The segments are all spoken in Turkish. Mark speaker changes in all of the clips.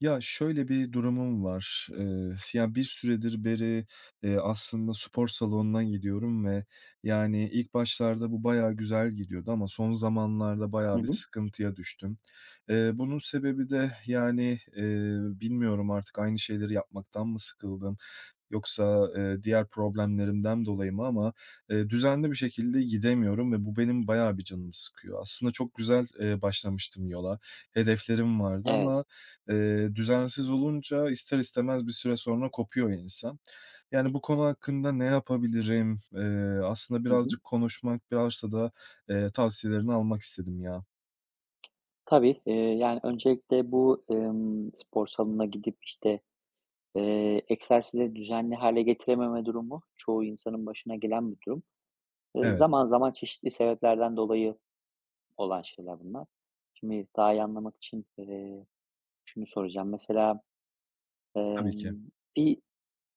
Speaker 1: Ya, şöyle bir durumum var. Bir süredir beri, aslında spor salonuna gidiyorum ve, yani, ilk başlarda bu bayağı güzel gidiyordu ama son zamanlarda
Speaker 2: Hı
Speaker 1: bayağı bir
Speaker 2: hı.
Speaker 1: sıkıntıya düştüm. Bunun sebebi de, yani, bilmiyorum artık aynı şeyleri yapmaktan mı sıkıldım yoksa, diğer problemlerimden dolayı mı ama, düzenli bir şekilde gidemiyorum ve bu benim bayağı bir canımı sıkıyor. Aslında çok güzel, başlamıştım yola. Hedeflerim vardı
Speaker 2: Evet.
Speaker 1: ama, düzensiz olunca ister istemez bir süre sonra kopuyor insan. Yani, bu konu hakkında ne yapabilirim? Aslında
Speaker 2: Hı hı.
Speaker 1: birazcık konuşmak, biraz da, tavsiyelerini almak istedim ya.
Speaker 2: Tabii, yani, öncelikle bu, spor salonuna gidip, işte, egzersizi düzenli hale getirememe durumu çoğu insanın başına gelen bir durum. Eee,
Speaker 1: Evet,
Speaker 2: zaman zaman çeşitli sebeplerden dolayı olan şeyler bunlar. Şimdi daha iyi anlamak için, şunu soracağım. Mesela,
Speaker 1: tabii ki.
Speaker 2: emm, bir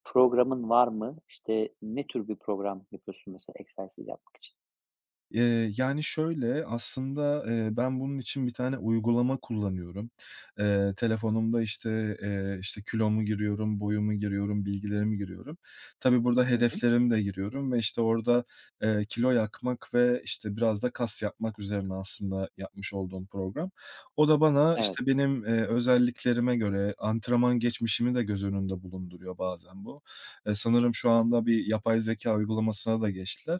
Speaker 2: programın var mı? İşte, ne tür bir program yapıyorsun mesela egzersiz yapmak için?
Speaker 1: Yani, şöyle, aslında, ben bunun için bir tane uygulama kullanıyorum. Telefonumda, işte, kilomu giriyorum, boyumu giriyorum, bilgilerimi giriyorum. Tabii burada
Speaker 2: Hı hı.
Speaker 1: hedeflerimi de giriyorum ve, işte, orada, kilo yakmak ve, işte, biraz da kas yapmak üzerine aslında yapmış olduğum program. O da bana,
Speaker 2: Evet,
Speaker 1: işte, benim, özelliklerime göre antrenman geçmişimi de göz önünde bulunduruyor bazen bu. Sanırım şu anda bir yapay zeka uygulamasına da geçtiler.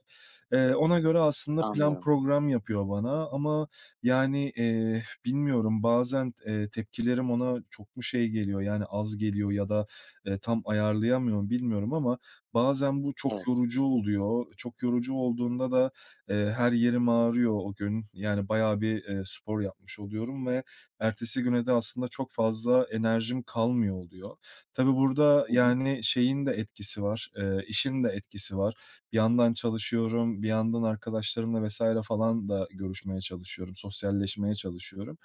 Speaker 1: Ona göre aslında plan
Speaker 2: anlıyorum.
Speaker 1: program yapıyor bana ama, yani, bilmiyorum bazen, tepkilerim ona çok mu şey geliyor, yani, az geliyor ya da, tam ayarlayamıyorum bilmiyorum ama bazen bu çok
Speaker 2: Evet.
Speaker 1: yorucu oluyor. Çok yorucu olduğunda da, her yerim ağrıyor o gün. Yani, bayağı bir, spor yapmış oluyorum ve ertesi güne de aslında çok fazla enerjim kalmıyor oluyor. Tabii burada,
Speaker 2: Hı hı.
Speaker 1: yani, şeyin de etkisi var, işin de etkisi var. Bir yandan çalışıyorum, bir yandan arkadaşlarımla vesaire falan da görüşmeye çalışıyorum, sosyalleşmeye çalışıyorum.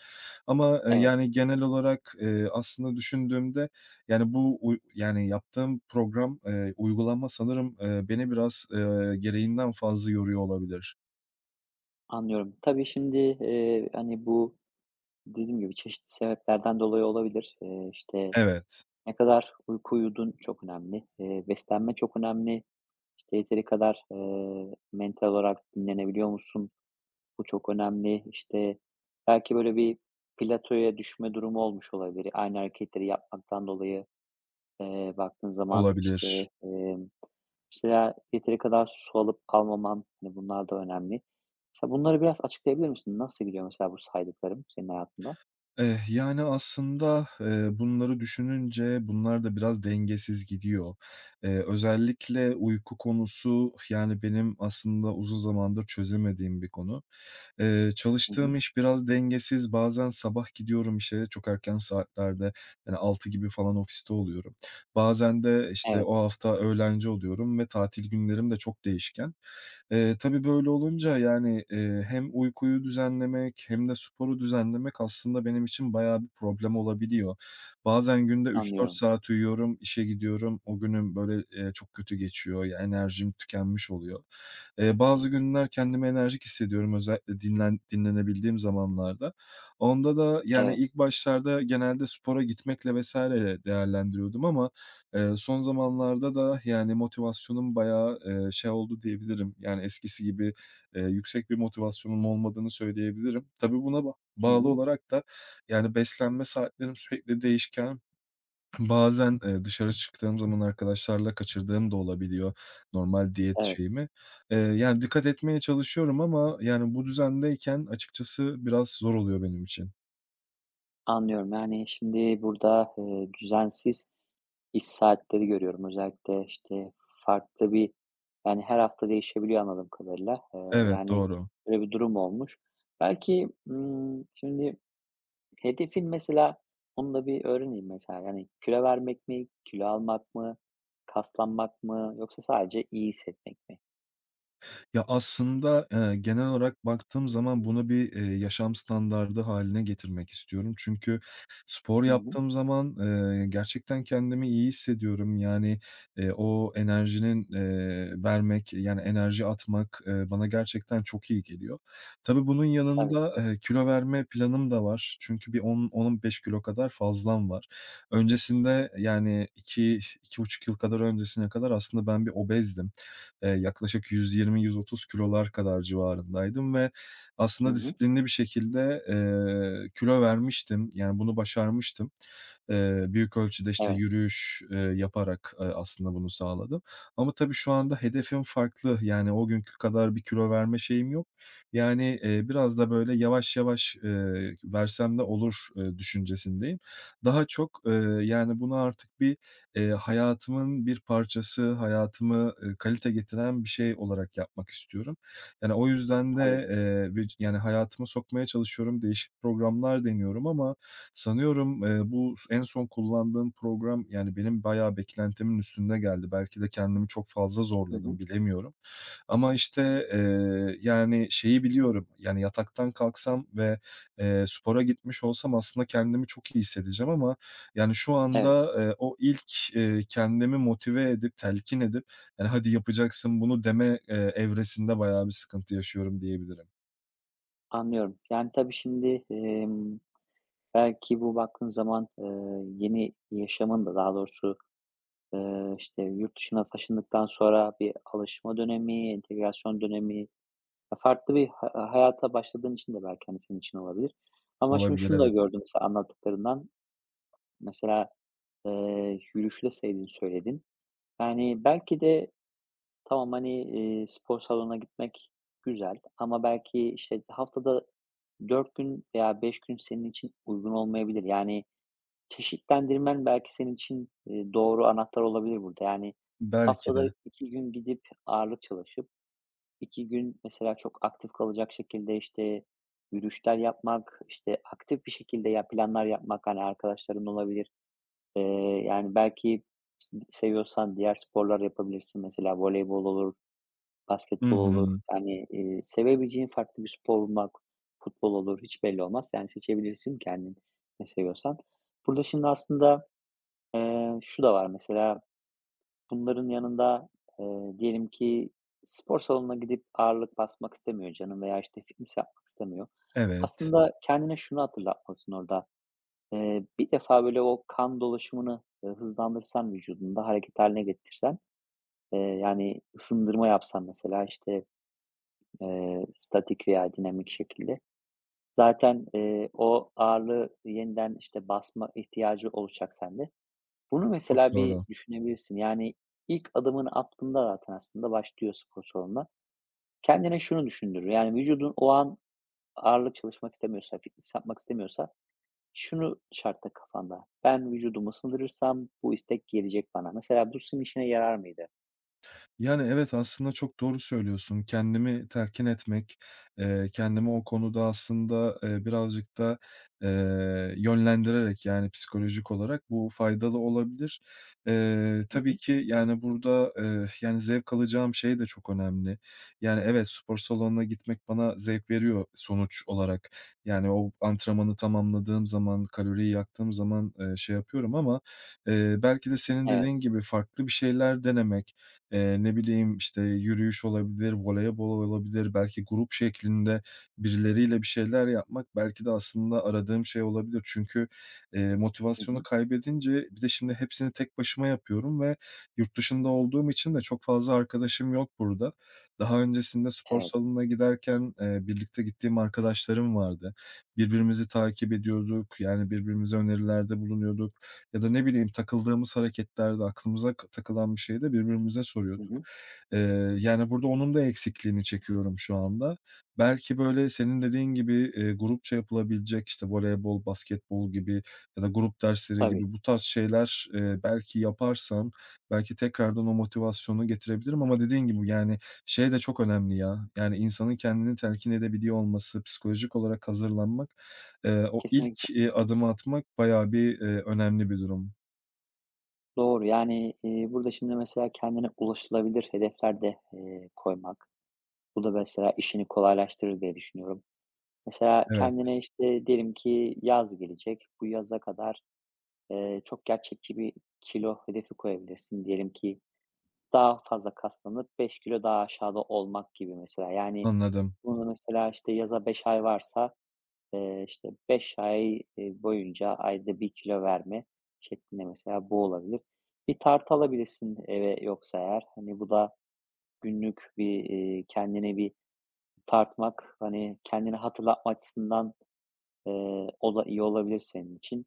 Speaker 1: Ama,
Speaker 2: Evet.
Speaker 1: yani, genel olarak, aslında düşündüğümde, yani, bu uy yani, yaptığım program, uygulama sanırım, beni biraz, gereğinden fazla yoruyor olabilir.
Speaker 2: Anlıyorum. Tabii şimdi, hani, bu dediğim gibi çeşitli sebeplerden dolayı olabilir. İşte,
Speaker 1: Evet,
Speaker 2: ne kadar uyku uyudun çok önemli. Beslenme çok önemli. İşte, yeteri kadar, mental olarak dinlenebiliyor musun? Bu çok önemli. İşte, belki böyle bir platoya düşme durumu olmuş olabilir. Aynı hareketleri yapmaktan dolayı baktığın zaman, işte,
Speaker 1: olabilir.
Speaker 2: emm, mesela yeteri kadar su alıp almaman, hani, bunlar da önemli. Mesela bunları biraz açıklayabilir misin? Nasıl gidiyor mesela bu saydıklarım senin hayatında?
Speaker 1: Eh, yani, aslında, bunları düşününce bunlar da biraz dengesiz gidiyor. Özellikle uyku konusu, yani, benim aslında uzun zamandır çözemediğim bir konu.
Speaker 2: Hı
Speaker 1: Çalıştığım
Speaker 2: hı.
Speaker 1: iş biraz dengesiz. Bazen sabah gidiyorum işe çok erken saatlerde, yani, 6 gibi falan ofiste oluyorum. Bazen de, işte,
Speaker 2: Evet,
Speaker 1: o hafta öğlenci oluyorum ve tatil günlerim de çok değişken. Tabii böyle olunca, yani, hem uykuyu düzenlemek hem de sporu düzenlemek aslında benim için bayağı bir problem olabiliyor. Bazen günde üç dört
Speaker 2: anlıyorum.
Speaker 1: saat uyuyorum, işe gidiyorum. O günüm böyle, çok kötü geçiyor. Ya, enerjim tükenmiş oluyor. Bazı günler kendimi enerjik hissediyorum özellikle dinlenebildiğim zamanlarda. Onda da, yani,
Speaker 2: Evet.
Speaker 1: ilk başlarda genelde spora gitmekle vs. değerlendiriyordum ama, son zamanlarda da, yani, motivasyonum bayağı, şey oldu diyebilirim, yani, eskisi gibi, yüksek bir motivasyonum olmadığını söyleyebilirim. Tabii buna
Speaker 2: Hı
Speaker 1: bağlı
Speaker 2: hı.
Speaker 1: olarak da, yani, beslenme saatlerim sürekli değişken. Bazen, dışarı çıktığım zaman arkadaşlarla kaçırdığım da olabiliyor normal diyet
Speaker 2: Evet,
Speaker 1: şeyimi. Yani, dikkat etmeye çalışıyorum ama, yani, bu düzendeyken açıkçası biraz zor oluyor benim için.
Speaker 2: anlıyorum. Yani, şimdi burada, düzensiz iş saatleri görüyorum. Özellikle, işte, farklı bir, yani, her hafta değişebiliyor anladığım kadarıyla. Eee,
Speaker 1: Evet,
Speaker 2: yani,
Speaker 1: doğru.
Speaker 2: böyle bir durum olmuş. Belki, şimdi hedefin mesela, onu da bir öğreneyim mesela, yani kilo vermek mi, kilo almak mı, kaslanmak mı yoksa sadece iyi hissetmek mi?
Speaker 1: Ya, aslında, genel olarak baktığım zaman bunu bir, yaşam standardı haline getirmek istiyorum. Çünkü spor
Speaker 2: Hı hı.
Speaker 1: yaptığım zaman, gerçekten kendimi iyi hissediyorum. Yani, o enerjinin, vermek, yani, enerji atmak, bana gerçekten çok iyi geliyor. Tabii bunun
Speaker 2: Tabii.
Speaker 1: yanında, kilo verme planım da var. Çünkü bir 10-10-15 kilo kadar fazlam var. Öncesinde, yani, iki buçuk yıl kadar öncesine kadar aslında ben bir obezdim. Yaklaşık 120-130 kilolar kadar civarındaydım ve
Speaker 2: Hı
Speaker 1: aslında
Speaker 2: hı.
Speaker 1: disiplinli bir şekilde, kilo vermiştim. Yani, bunu başarmıştım. Büyük ölçüde, işte,
Speaker 2: Evet,
Speaker 1: yürüyüş, yaparak, aslında bunu sağladım ama tabii şu anda hedefim farklı. Yani, o günkü kadar bir kilo verme şeyim yok. Yani, biraz da, böyle, yavaş yavaş, versem de olur, düşüncesindeyim. Daha çok, yani, bunu artık bir hayatımın bir parçası, hayatımı, kalite getiren bir şey olarak yapmak istiyorum. Yani, o yüzden
Speaker 2: tabii.
Speaker 1: de, ve yani, hayatıma sokmaya çalışıyorum, değişik programlar deniyorum ama sanıyorum, bu en son kullandığım program, yani, benim bayağı beklentimin üstünde geldi. Belki de kendimi çok fazla
Speaker 2: Hı
Speaker 1: zorladım,
Speaker 2: hı.
Speaker 1: bilemiyorum ama, yani, şeyi biliyorum, yani, yataktan kalksam ve, spora gitmiş olsam aslında kendimi çok iyi hissedeceğim ama, yani, şu
Speaker 2: Evet,
Speaker 1: anda, o ilk, kendimi motive edip, telkin edip, yani, "Hadi yapacaksın bunu." deme, evresinde bayağı bir sıkıntı yaşıyorum diyebilirim.
Speaker 2: anlıyorum. Yani tabii şimdi, belki bu baktığın zaman, yeni yaşamın da daha doğrusu, işte, yurt dışına taşındıktan sonra bir alışma dönemi, entegrasyon dönemi, ya, farklı bir hayata başladığın için de belki, hani, senin için olabilir. Ama şimdi
Speaker 1: Olabilir,
Speaker 2: şunu da
Speaker 1: evet.
Speaker 2: gördüm mesela anlattıklarından. Mesela, yürüyüşü de sevdiğini söyledin. Yani, belki de tamam, hani, spor salonuna gitmek güzel ama belki, işte, haftada 4 gün veya 5 gün senin için uygun olmayabilir. Yani, çeşitlendirmen belki senin için, doğru anahtar olabilir burada. Yani,
Speaker 1: Belki
Speaker 2: haftada
Speaker 1: de.
Speaker 2: 2 gün gidip ağırlık çalışıp, 2 gün mesela çok aktif kalacak şekilde, işte, yürüyüşler yapmak, işte, aktif bir şekilde ya planlar yapmak, hani, arkadaşların olabilir. Yani, belki seviyorsan diğer sporlar yapabilirsin. Mesela voleybol olur,
Speaker 1: Hı
Speaker 2: basketbol olur.
Speaker 1: hı.
Speaker 2: Yani, sevebileceğin farklı bir spor bulmak, futbol olur, hiç belli olmaz. Yani, seçebilirsin kendin ne seviyorsan. Burada şimdi aslında, şu da var mesela, bunların yanında, diyelim ki spor salonuna gidip ağırlık basmak istemiyor canım veya, işte, fitness yapmak istemiyor.
Speaker 1: Evet.
Speaker 2: Aslında kendine şunu hatırlatmalısın orada. Bir defa, böyle, o kan dolaşımını, hızlandırsan vücudunda, hareket hâline getirsen, yani, ısındırma yapsan mesela, işte, statik veya dinamik şekilde zaten, o ağırlığı yeniden, işte, basma ihtiyacı olacak sende. Bunu
Speaker 1: Çok
Speaker 2: mesela bir
Speaker 1: doğru.
Speaker 2: düşünebilirsin. Yani, ilk adımını attığında zaten aslında başlıyor spor salonuna. Kendine şunu düşündür, yani, vücudun o an ağırlık çalışmak istemiyorsa, fitness yapmak istemiyorsa. Şunu şartta kafanda, ben vücudumu sındırırsam bu istek gelecek bana. Mesela bu sizin işine yarar mıydı?
Speaker 1: Yani, evet, aslında çok doğru söylüyorsun. Kendimi telkin etmek, kendimi o konuda aslında, birazcık da, yönlendirerek, yani, psikolojik olarak bu faydalı olabilir.
Speaker 2: Hı
Speaker 1: Tabii
Speaker 2: hı.
Speaker 1: ki, yani, burada, yani, zevk alacağım şey de çok önemli. Yani, evet, spor salonuna gitmek bana zevk veriyor sonuç olarak. Yani, o antrenmanı tamamladığım zaman, kaloriyi yaktığım zaman, şey yapıyorum ama, belki de senin
Speaker 2: Evet.
Speaker 1: dediğin gibi farklı bir şeyler denemek. Ne bileyim, işte, yürüyüş olabilir, voleybol olabilir, belki grup şeklinde birileriyle bir şeyler yapmak belki de aslında aradığım şey olabilir. Çünkü,
Speaker 2: Hı
Speaker 1: motivasyonu
Speaker 2: hı.
Speaker 1: kaybedince bir de şimdi hepsini tek başıma yapıyorum ve yurt dışında olduğum için de çok fazla arkadaşım yok burada. Daha öncesinde spor
Speaker 2: Evet.
Speaker 1: salonuna giderken, birlikte gittiğim arkadaşlarım vardı. Birbirimizi takip ediyorduk, yani, birbirimize önerilerde bulunuyorduk ya da ne bileyim takıldığımız hareketlerde, aklımıza takılan bir şeyde birbirimize
Speaker 2: Hı
Speaker 1: soruyorduk.
Speaker 2: hı.
Speaker 1: Eee, Yani, burada onun da eksikliğini çekiyorum şu anda. Belki, böyle, senin dediğin gibi, grupça yapılabilecek, işte, voleybol, basketbol gibi ya da grup dersleri
Speaker 2: Tabii.
Speaker 1: gibi bu tarz şeyler, belki yaparsam belki tekrardan o motivasyonu getirebilirim ama dediğin gibi, yani, şey de çok önemli ya, yani, insanın kendini telkin edebiliyor olması, psikolojik olarak hazırlanmak. O
Speaker 2: Kesinlikle.
Speaker 1: ilk, adımı atmak bayağı bir, önemli bir durum.
Speaker 2: Doğru. Yani, burada şimdi mesela kendine ulaşılabilir hedefler de, koymak. Bu da mesela işini kolaylaştırır diye düşünüyorum. Mesela
Speaker 1: Evet,
Speaker 2: kendine, işte, diyelim ki yaz gelecek. Bu yaza kadar, çok gerçekçi bir kilo hedefi koyabilirsin. Diyelim ki daha fazla kaslanıp 5 kilo daha aşağıda olmak gibi mesela. Yani,
Speaker 1: anladım.
Speaker 2: bunu mesela, işte, yaza 5 ay varsa, işte, 5 ay, boyunca ayda 1 kilo verme şeklinde mesela bu olabilir. Bir tart alabilirsin eve yoksa eğer. Hani, bu da günlük bir, kendine bir tartmak, hani, kendini hatırlatma açısından, o da iyi olabilir senin için.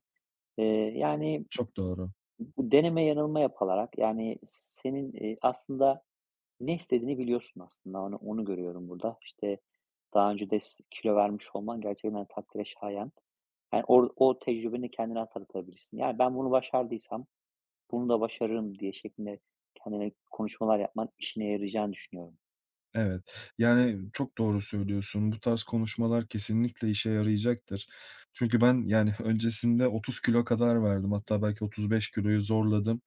Speaker 2: Yani,
Speaker 1: Çok doğru.
Speaker 2: bu deneme yanılma yapılarak, yani, senin, aslında ne istediğini biliyorsun aslında. Onu görüyorum burada. İşte, daha önce de kilo vermiş olman gerçekten takdire şayan. Yani, o tecrübeni kendine hatırlatabilirsin. Yani, "Ben bunu başardıysam bunu da başarırım." diye şeklinde kendine konuşmalar yapman işine yarayacağını düşünüyorum.
Speaker 1: Evet, yani, çok doğru söylüyorsun. Bu tarz konuşmalar kesinlikle işe yarayacaktır. Çünkü ben, yani, öncesinde 30 kilo kadar verdim. Hatta belki 35 kiloyu zorladım.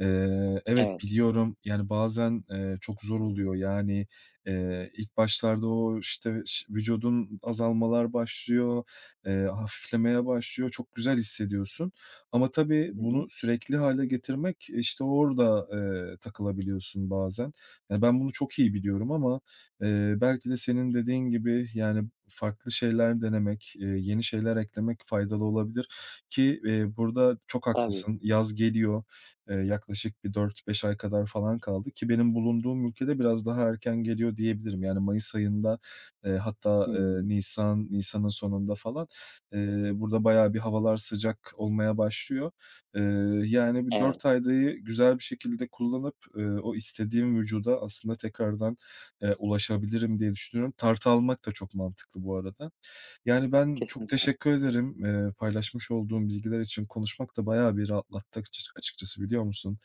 Speaker 1: Evet,
Speaker 2: Evet.
Speaker 1: biliyorum, yani, bazen, çok zor oluyor. Yani, ilk başlarda o, işte, ş vücudun azalmalar başlıyor, hafiflemeye başlıyor. Çok güzel hissediyorsun ama tabii
Speaker 2: Hı hı.
Speaker 1: bunu sürekli hale getirmek, işte, orada, takılabiliyorsun bazen. Ya, ben bunu çok iyi biliyorum ama, belki de senin dediğin gibi, yani, farklı şeyler denemek, yeni şeyler eklemek faydalı olabilir ki, burada çok
Speaker 2: Tabii.
Speaker 1: haklısın. Yaz geliyor. Yaklaşık bir dört beş ay kadar falan kaldı ki benim bulunduğum ülkede biraz daha erken geliyor diyebilirim. Yani, mayıs ayında, eee, hatta, eee,
Speaker 2: Hımm.
Speaker 1: nisan, nisanın sonunda falan, burada bayağı bir havalar sıcak olmaya başlıyor. Eee, Yani, bir 4
Speaker 2: Evet,
Speaker 1: faydayı güzel bir şekilde kullanıp, o istediğim vücuda aslında tekrardan, ulaşabilirim diye düşünüyorum. Tartı almak da çok mantıklı bu arada. Yani, ben çok
Speaker 2: kesinlikle.
Speaker 1: teşekkür ederim, paylaşmış olduğun bilgiler için. Konuşmak da bayağı bir rahatlattı açıkçası, biliyor musun?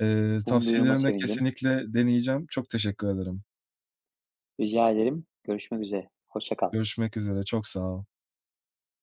Speaker 2: Bunu duyduğuma
Speaker 1: Tavsiyelerini de
Speaker 2: sevindim.
Speaker 1: kesinlikle deneyeceğim. Çok teşekkür ederim.
Speaker 2: Rica ederim. Görüşmek üzere. Hoşça kal.
Speaker 1: Görüşmek üzere, çok sağ ol.